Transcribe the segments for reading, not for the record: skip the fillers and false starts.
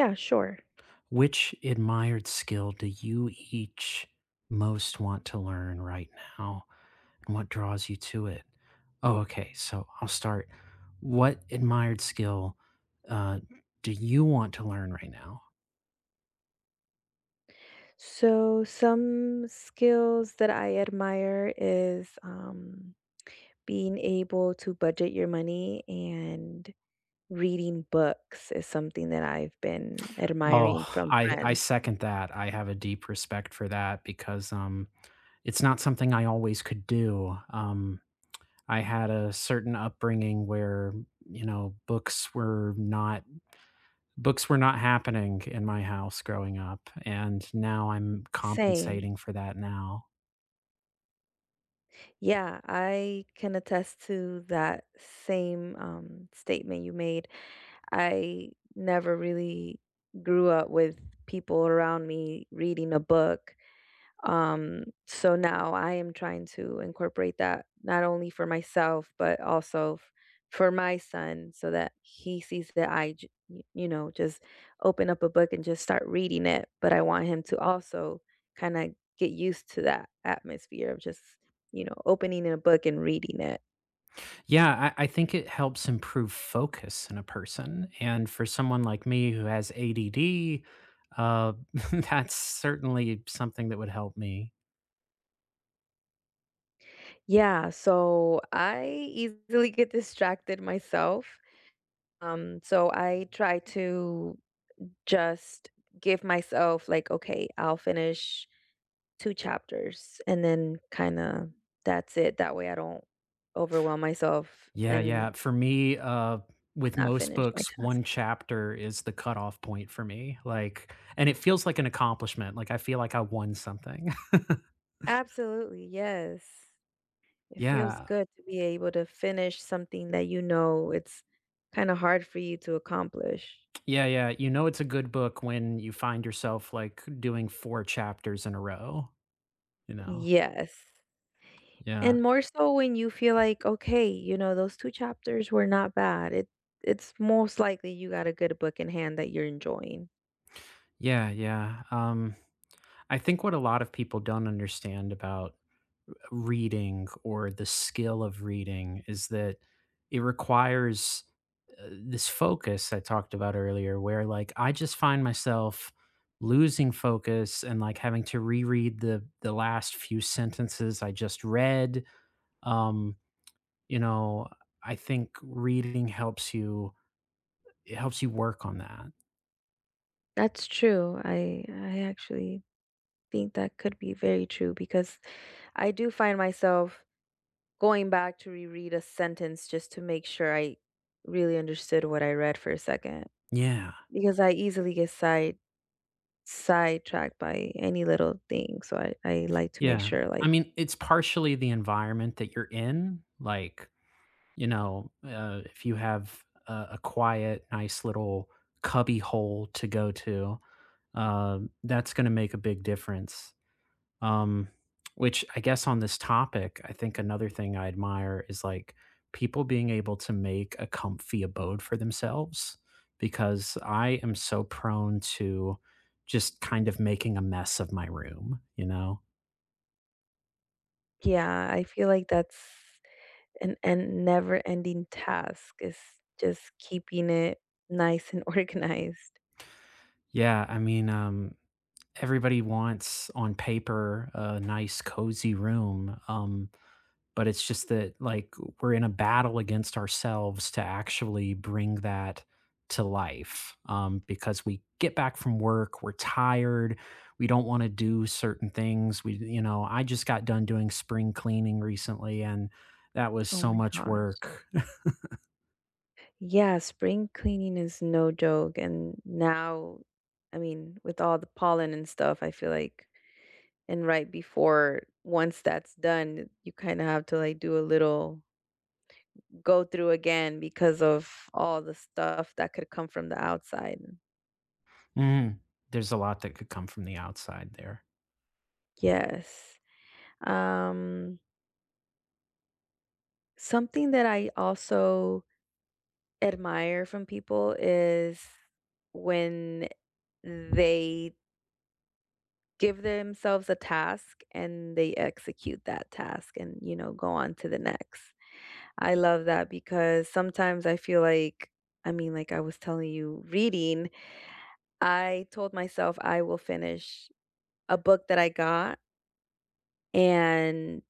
Yeah, sure. Which admired skill do you each most want to learn right now, and what draws you to it? Oh, okay. So I'll start. What admired skill uh, do you want to learn right now? So some skills that I admire is being able to budget your money, and reading books is something that I've been Oh, admiring from I friends. second that. I have a deep respect for that because it's not something I always could do. I had a certain upbringing where you know books were not Books were not happening in my house growing up, and now I'm Same. compensating for that now. Yeah, I can attest to that same statement you made. I never really grew up with people around me reading a book. So now I am trying to incorporate that not only for myself, but also for my son so that he sees that I just open up a book and just start reading it. But I want him to also kind of get used to that atmosphere of just opening a book and reading it. Yeah, I think it helps improve focus in a person, and for someone like me who has ADD, uh, that's certainly something that would help me. Yeah, so I easily get distracted myself. So I try to just give myself like, "Okay, I'll finish 2 chapters," and then kinda that's it, that way I don't overwhelm myself Yeah, yeah. and For me, with not most finish my books, task. 1 chapter is the cutoff point for me, like, and it feels like an accomplishment, like, I feel like I won something. Absolutely, yes. It feels Yeah. good to be able to finish something that, you know, it's kinda hard for you to accomplish. Yeah, yeah. You know it's a good book when you find yourself, like, doing 4 chapters in a row, you know? Yes, Yeah. and more so when you feel like, "Okay, you know, those 2 chapters were not bad." It's most likely you got a good book in hand that you're enjoying. Yeah, yeah. I think what a lot of people don't understand about reading or the skill of reading is that it requires, this focus I talked about earlier where, like, I just find myself losing focus and, like, having to reread the last few sentences I just read. um, You know, I think reading helps you it helps you work on that. That's true. I actually think that could be very true because I do find myself going back to reread a sentence just to make sure I really understood what I read for a second, Yeah, because I easily get sidetracked by any little thing. So I like to make yeah. sure like, I mean, it's partially the environment that you're in, like, you know, if you have a quiet, nice little cubby hole to go to. That's going to make a big difference. Um, which I guess on this topic, I think another thing I admire is like people being able to make a comfy abode for themselves, because I am so prone to just kind of making a mess of my room, you know? yeah, I feel like that's an and never-ending task is just keeping it nice and organized. Yeah, I mean, everybody wants on paper a nice cozy room. But it's just that, like, we're in a battle against ourselves to actually bring that to life, because we get back from work, we're tired, we don't want to do certain things. We you know I just got done doing spring cleaning recently, and that was Oh so my much gosh. work. Yeah, spring cleaning is no joke. And now, I mean, with all the pollen and stuff, I feel like, and right before, once that's done, you kind of have to like do a little go through again because of all the stuff that could come from the outside. Mhm. There's a lot that could come from the outside there. Yes. Um, Something that I also admire from people is when they give themselves a task and they execute that task and, you know, go on to the next. I love that because sometimes I feel like, I mean, like I was telling you, reading, I told myself I will finish a book that I got, and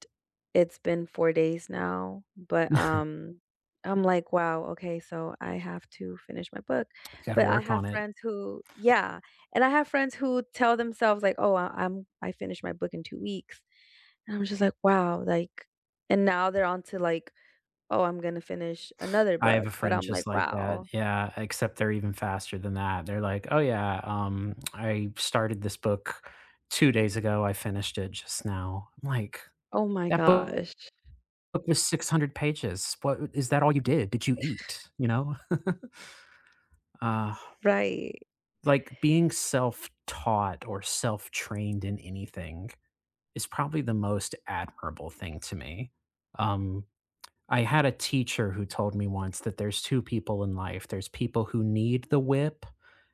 it's been 4 days now, but I'm like, wow, okay, so I have to finish my book. You got to But I work have on it. friends who, yeah, and I have friends who tell themselves like, "Oh, I finished my book in 2 weeks," and I'm just like, "Wow," like, and now they're on to like, "Oh, I'm gonna finish another I have a book," but friend I'm like, just like that, "Wow. yeah, except they're even faster than that. They're like, "Oh, yeah, I started this book 2 days ago, I finished it just now." I'm like, Oh my "That book gosh." was 600 pages. What, is that all you did? Did you eat?" You know? Uh, Right. like, being self-taught or self-trained in anything is probably the most admirable thing to me. Um, I had a teacher who told me once that there's 2 people in life. There's people who need the whip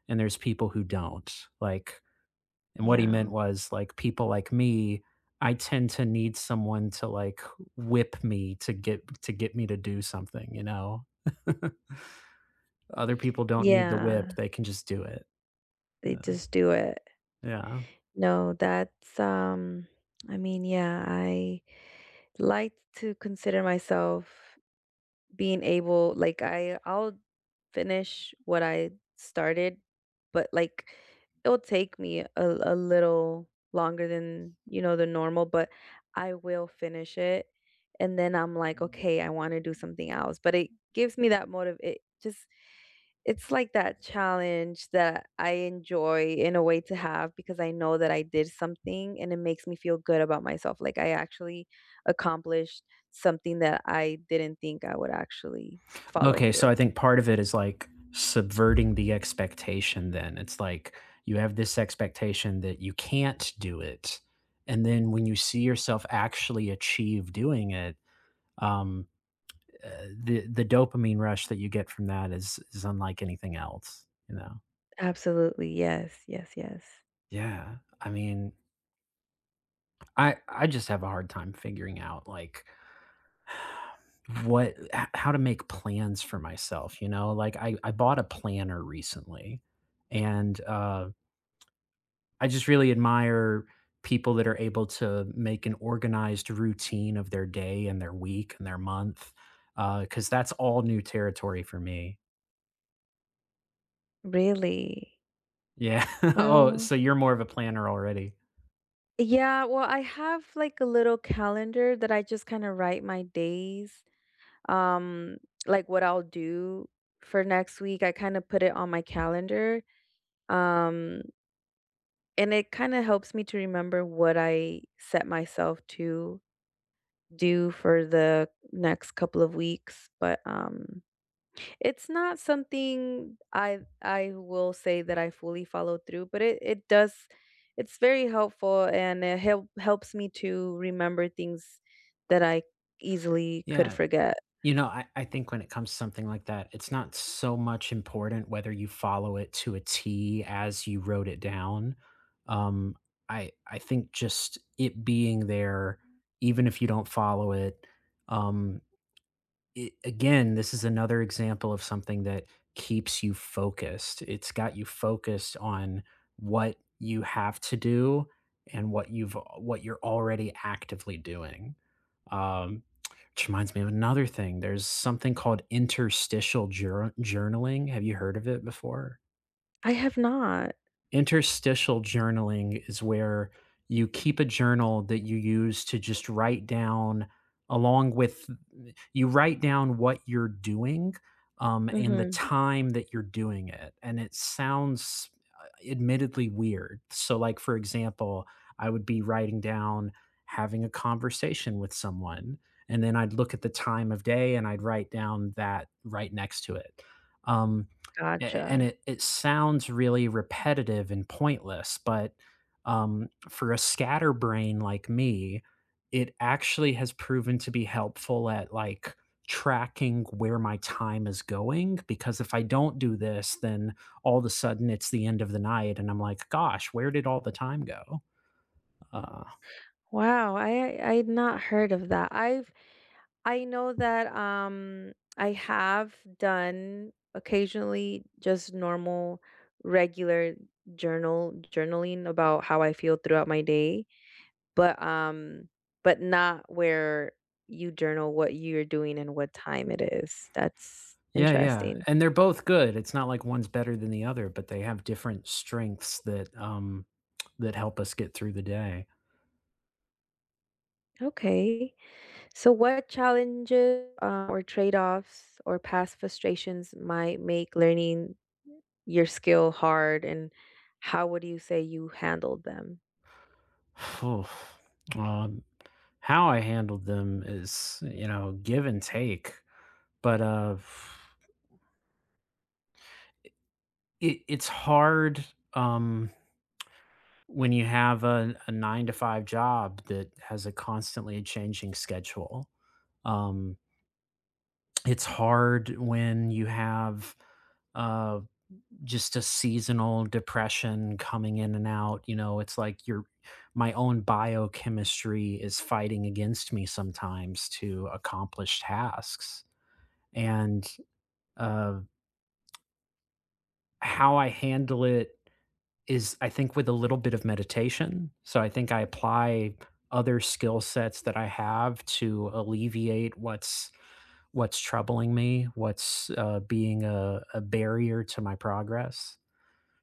and there's people who don't. Like, and what he meant Yeah. was, like, people like me, I tend to need someone to, like, whip me to get me to do something, you know? Other people don't need the Yeah, whip, they can just do it. they Yeah. just do it. Yeah. No, that's, I mean, yeah, I like to consider myself being able like I'll finish what I started, but like it'll take me a little longer than, you know, the normal, but I will finish it. And then I'm like, okay, I want to do something else. But it gives me that motive. It just, it's like that challenge that I enjoy in a way to have, because I know that I did something and it makes me feel good about myself. Like I actually accomplished something that I didn't think I would actually follow Okay, so I through. think part of it is like subverting the expectation then. It's like you have this expectation that you can't do it. And then when you see yourself actually achieve doing it, um, uh, the dopamine rush that you get from that is unlike anything else, you know. Absolutely. Yes. Yes. Yes. Yeah. I mean, I just have a hard time figuring out, like, how to make plans for myself, you know? Like, I bought a planner recently, and I just really admire people that are able to make an organized routine of their day and their week and their month, because that's all new territory for me. Really? Yeah. Oh, Well, so you're more of a planner already. yeah, well, I have like a little calendar that I just kind of write my days, um, like what I'll do for next week. I kind of put it on my calendar. Um, And it kinda helps me to remember what I set myself to do for the next couple of weeks, but, it's not something I will say that I fully follow through, but it does, it's very helpful and it helps me to remember things that I easily could Yeah. forget. You know, I think when it comes to something like that, it's not so much important whether you follow it to a T as you wrote it down. Um, I think just it being there, even if you don't follow it, um, it, again, this is another example of something that keeps you focused. It's got you focused on what you have to do and what you're already actively doing. Um, which reminds me of another thing. There's something called interstitial journaling. Have you heard of it before? I have not. Interstitial journaling is where you keep a journal that you use to just write down, along with, you write down what you're doing, and the Mhm. time that you're doing it. And it sounds admittedly weird. So, like, for example, I would be writing down having a conversation with someone, and then I'd look at the time of day and I'd write down that right next to it. Um, a and Gotcha. it sounds really repetitive and pointless, but, for a scatterbrain like me, it actually has proven to be helpful at, like, tracking where my time is going, because if I don't do this, then all of a sudden it's the end of the night, and I'm like, "Gosh, where did all the time go?" Uh, Wow, I'd not heard of that. I've, I know that I have done occasionally just normal regular journaling about how I feel throughout my day, but um but not where you journal what you're doing and what time it is. That's yeah, yeah, interesting. and they're both good, it's not like one's better than the other, but they have different strengths that, that help us get through the day. Okay. So, what challenges, or trade offs or past frustrations might make learning your skill hard, and how would you say you handled them? Phew. Um, how I handled them is, you know, give and take, but, it it's hard, um, when you have a 9 to 5 job that has a constantly changing schedule. Um, it's hard when you have, uh just a seasonal depression coming in and out. You know, it's like your my own biochemistry is fighting against me sometimes to accomplish tasks. And uh, how I handle it is, I think, with a little bit of meditation. So I think I apply other skill sets that I have to alleviate what's troubling me, what's being a barrier to my progress.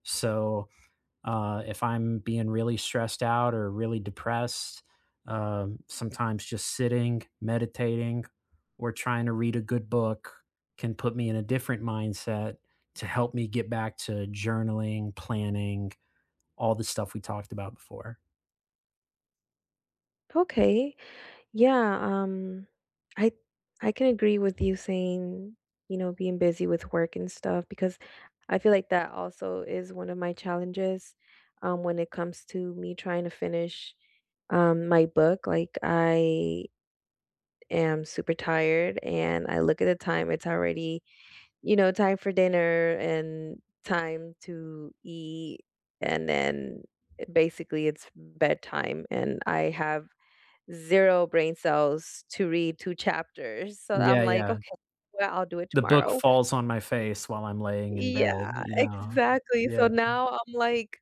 So if I'm being really stressed out or really depressed, sometimes just sitting, meditating, or trying to read a good book can put me in a different mindset to help me get back to journaling, planning, all the stuff we talked about before. Okay, yeah, I I can agree with you saying, you know, being busy with work and stuff, because I feel like that also is one of my challenges when it comes to me trying to finish my book. Like I am super tired and I look at the time, it's already, you know, time for dinner and time to eat. And then basically it's bedtime and I have zero brain cells to read two chapters. So I'm Yeah, like, yeah. okay, well, I'll do it The book tomorrow. falls on my face while I'm laying in Yeah, bed, you know? exactly. So Yeah. now I'm like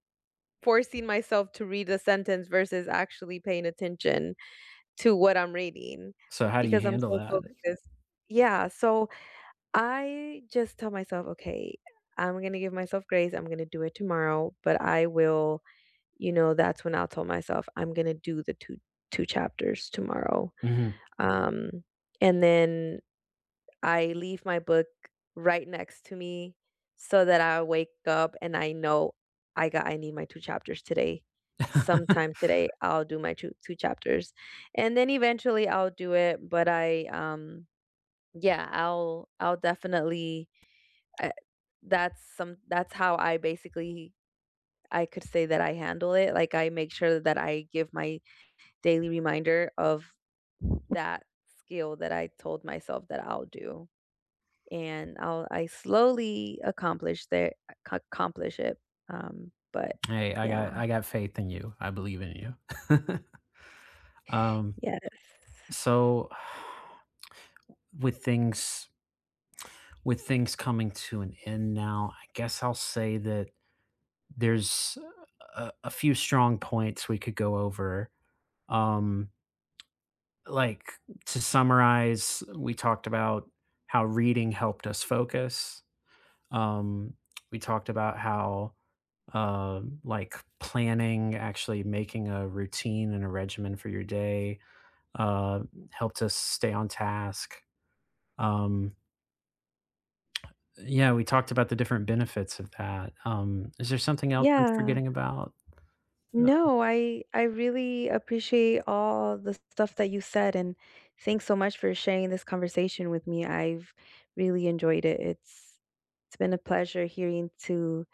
forcing myself to read the sentence versus actually paying attention to what I'm reading So how do you because I'm handle so that? focused. Yeah, so I just tell myself, "Okay, I'm gonna give myself grace, I'm gonna do it tomorrow," but I will, you know, that's when I'll tell myself, "I'm gonna do the 2 chapters tomorrow." Mhm. Um, and then I leave my book right next to me so that I wake up and I know I need my 2 chapters today. Sometime today, I'll do my 2 chapters, and then eventually I'll do it, but yeah, I'll definitely, I that's some that's how I basically, I could say that I handle it, like, I make sure that I give my daily reminder of that skill that I told myself that I'll do, and I slowly accomplish it, but Hey, I yeah, got I got faith in you. I believe in you. Um yes. So with things with things coming to an end now, I guess I'll say that there's a few strong points we could go over. Um like to summarize, we talked about how reading helped us focus. Um we talked about how like planning, actually making a routine and a regimen for your day, uh, helped us stay on task. Um, Yeah, we talked about the different benefits of that. Is there something else I'm Yeah. forgetting about? Uh, No, I really appreciate all the stuff that you said, and thanks so much for sharing this conversation with me. I've really enjoyed it. It's been a pleasure hearing to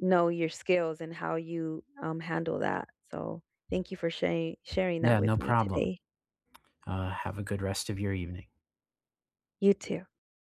know your skills and how you handle that. So thank you for sharing that yeah, with no me problem. today. Have a good rest of your evening. You too.